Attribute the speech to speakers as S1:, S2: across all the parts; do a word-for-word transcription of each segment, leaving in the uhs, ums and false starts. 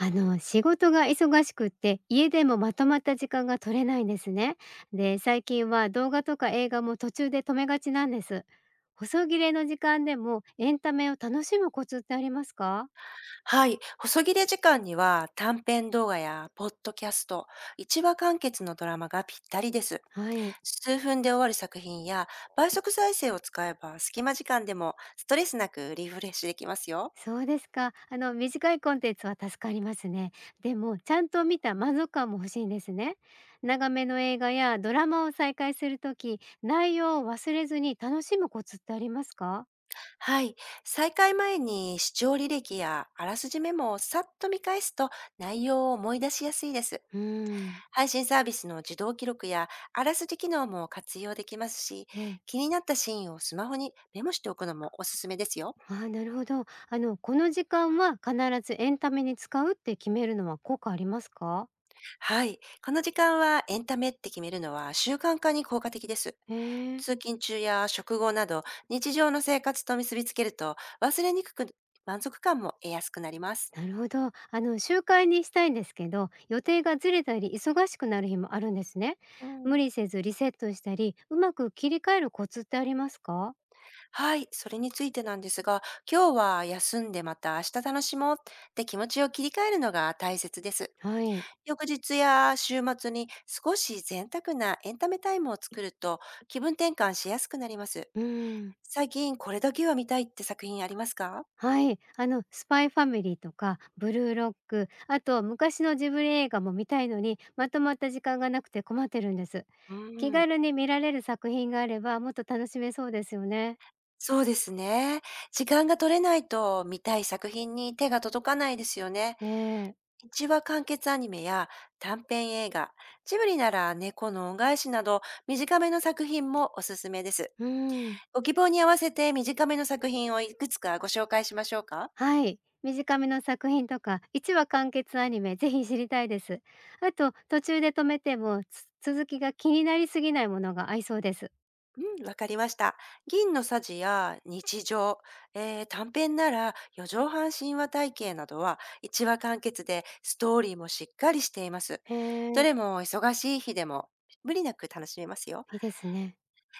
S1: あの仕事が忙しくって家でもまとまった時間が取れないんですね。で最近は動画とか映画も途中で止めがちなんです。細切れの時間でもエンタメを楽しむコツってありますか？
S2: はい。細切れ時間には短編動画やポッドキャスト、一話完結のドラマがぴったりです。
S1: はい。
S2: 数分で終わる作品や倍速再生を使えば、隙間時間でもストレスなくリフレッシュできますよ。
S1: そうですか。あの短いコンテンツは助かりますね。でもちゃんと見た満足感も欲しいんですね。長めの映画やドラマを再開するとき内容を忘れずに楽しむコツってありますか？
S2: はい。再開前に視聴履歴やあらすじメモをさっと見返すと、内容を思い出しやすいです。
S1: うーん。
S2: 配信サービスの自動記録やあらすじ機能も活用できますし、
S1: ええ。
S2: 気になったシーンをスマホにメモしておくのもおすすめですよ。
S1: ああ、なるほど。あの、この時間は必ずエンタメに使うって決めるのは効果ありますか？
S2: はい。この時間はエンタメって決めるのは習慣化に効果的です。
S1: へえ、
S2: 通勤中や食後など日常の生活と結びつけると、忘れにくく、満足感も得やすくなります。
S1: なるほど。あの、習慣にしたいんですけど、予定がずれたり忙しくなる日もあるんですね。
S2: う
S1: 無
S2: ん。
S1: 理せずリセットしたり、うまく切り替えるコツってありますか？
S2: はい。それについてなんですが、今日は休んでまた明日楽しもうって気持ちを切り替えるのが大切です。
S1: はい。
S2: 翌日や週末に少し贅沢なエンタメタイムを作ると、気分転換しやすくなります。
S1: うん。
S2: 最近これだけは見たいって作品ありますか？
S1: はい。あの、スパイファミリーとか、ブルーロック、あと昔のジブリ映画も見たいのに、まとまった時間がなくて困ってるんです。
S2: う
S1: 気
S2: ーん。
S1: 軽に見られる作品があれば、もっと楽しめそうですよね。
S2: そうですね。時間が取れないと、見たい作品に手が届かないですよね。
S1: ええ。
S2: 一話完結アニメや短編映画、ジブリなら猫の恩返しなど、短めの作品もおすすめです。
S1: うん。
S2: ご希望に合わせて短めの作品をいくつかご紹介しましょうか？
S1: はい。短めの作品とか、いちわ完結アニメ、ぜひ知りたいです。あと、途中で止めても、つ続きが気になりすぎないものが合いそうです。
S2: うん、わかりました。銀のさじや日常、えー短編なら四畳半神話体系などは一話完結でストーリーもしっかりしています。
S1: へ
S2: ど
S1: え、
S2: れも忙しい日でも無理なく楽しめますよ。
S1: いいですね。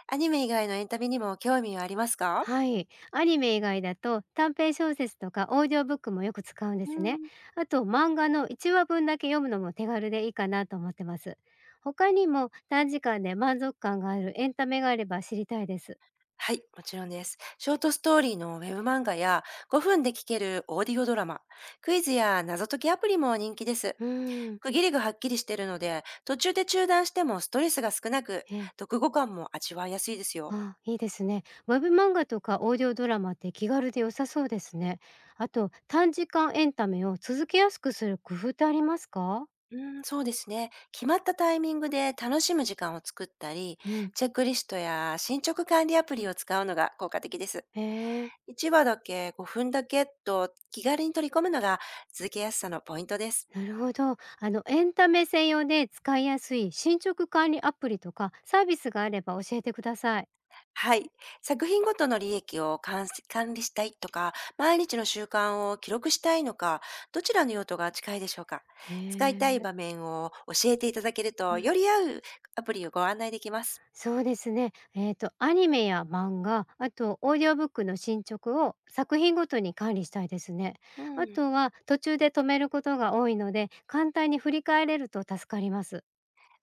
S2: アニメ以外のエンタメにも興味はありますか？
S1: はい。アニメ以外だと短編小説とかオーディオブックもよく使うんで
S2: う
S1: すね。
S2: ん、
S1: あと漫画のいちわぶんだけ読むのも手軽でいいかなと思ってます。他にも短時間で満足感があるエンタメがあれば知りたいです。
S2: はい、もちろんです。ショートストーリーのウェブ漫画やごふんで聴けるオーディオドラマ、クイズや謎解きアプリも人気です。
S1: うーん。
S2: 区切りがはっきりしてるので、途中で中断してもストレスが少なく、
S1: え、
S2: 読後感も味わいやすいですよ。
S1: あ、いいですね。ウェブ漫画とかオーディオドラマって気軽で良さそうですね。あと短時間エンタメを続けやすくする工夫ってありますか？
S2: うーん、そうですね。決まったタイミングで楽しむ時間を作ったり、
S1: うん。
S2: チェックリストや進捗管理アプリを使うのが効果的です。
S1: へえ、
S2: いちわだけごふんだけと気軽に取り込むのが続けやすさのポイントです。
S1: なるほど。あの、エンタメ専用で使いやすい進捗管理アプリとかサービスがあれば教えてください。
S2: はい。作品ごとの利益を監視管理したいとか、毎日の習慣を記録したいのか、どちらの用途が近いでしょうか？
S1: へ
S2: 使いたい
S1: え、
S2: 場面を教えていただける
S1: う
S2: と、
S1: ん、
S2: より合うアプリをご案内できます。
S1: そうですね。えっ、と、アニメや漫画、あと、オーディオブックの進捗を作品ごとに管理したいですね。
S2: う
S1: あ
S2: ん。
S1: とは、途中で止めることが多いので、簡単に振り返れると助かります。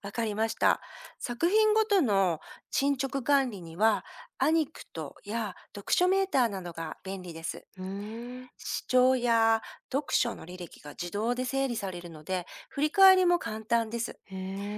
S2: わかりました。作品ごとの進捗管理には、アニクトや読書メーターなどが便利です。
S1: うーん、
S2: 視聴や読書の履歴が自動で整理されるので、振り返りも簡単です。
S1: へ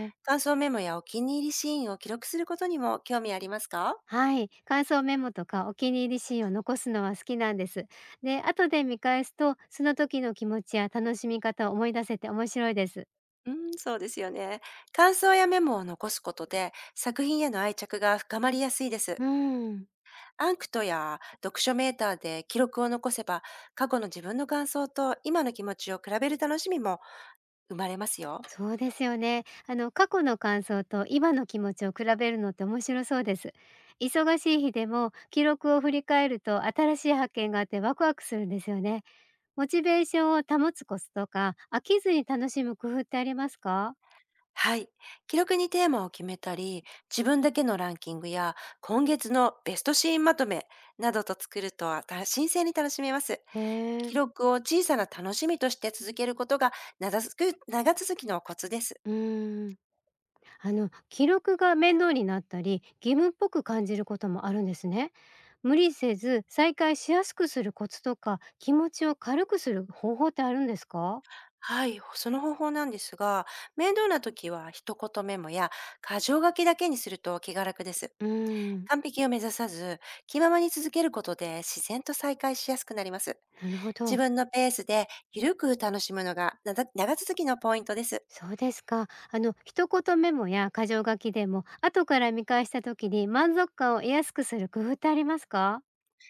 S1: え。
S2: 感想メモやお気に入りシーンを記録することにも興味ありますか？
S1: はい、感想メモとかお気に入りシーンを残すのは好きなんです。で、後で見返すと、その時の気持ちや楽しみ方を思い出せて面白いです。
S2: うん、そうですよね。感想やメモを残すことで作品への愛着が深まりやすいで
S1: う
S2: す。
S1: ーん。
S2: アンクトや読書メーターで記録を残せば、過去の自分の感想と今の気持ちを比べる楽しみも生まれますよ。
S1: そうですよね。あの、過去の感想と今の気持ちを比べるのって面白そうです。忙しい日でも記録を振り返ると新しい発見があってワクワクするんですよね。モチベーションを保つコツとか、飽きずに楽しむ工夫ってありますか？
S2: はい。記録にテーマを決めたり、自分だけのランキングや今月のベストシーンまとめなどと作ると、あた新鮮に楽しめます。
S1: へえ。
S2: 記録を小さな楽しみとして続けることが、長続く長続きのコツです。
S1: うーん。あの記録が面倒になったり義務っぽく感じることもあるんですね。無理せず再開しやすくするコツとか気持ちを軽くする方法ってあるんですか？
S2: はい。その方法なんですが、面倒な時は一言メモや箇条書きだけにすると気が楽です。
S1: うーん。
S2: 完璧を目指さず、気ままに続けることで自然と再開しやすくなります。
S1: なるほど。
S2: 自分のペースでゆるく楽しむのが、なだ長続きのポイントです。
S1: そうですか。あの一言メモや箇条書きでも後から見返した時に満足感を得やすくする工夫ってありますか？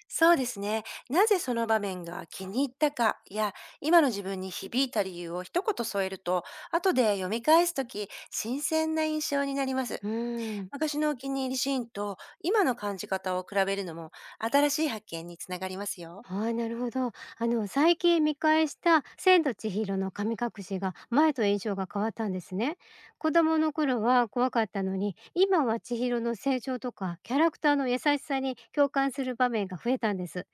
S2: そうですね。なぜその場面が気に入ったかや、今の自分に響いた理由を一言添えると、後で読み返すとき、新鮮な印象になります。
S1: うーん。
S2: 昔のお気に入りシーンと今の感じ方を比べるのも、新しい発見につながりますよ。
S1: はい、なるほど。あの、最近見返した千と千尋の神隠しが、前と印象が変わったんですね。子供の頃は怖かったのに、今は千尋の成長とか、キャラクターの優しさに共感する場面が増えたんです。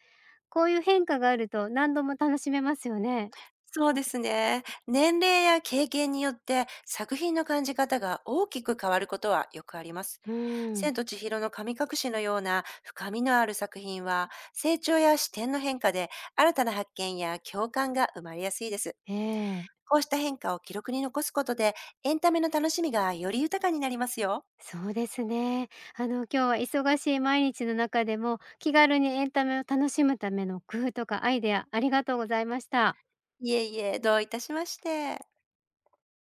S1: こういう変化があると何度も楽しめますよね。
S2: そうですね。年齢や経験によって作品の感じ方が大きく変わることはよくあります。
S1: うん、
S2: 千と千尋の神隠しのような深みのある作品は、成長や視点の変化で新たな発見や共感が生まれやすいです。
S1: ええ。
S2: こうした変化を記録に残すことで、エンタメの楽しみがより豊かになりますよ。
S1: そうですね。あの、今日は忙しい毎日の中でも、気軽にエンタメを楽しむための工夫とかアイデア、ありがとうございました。
S2: いえいえ、どういたしまして。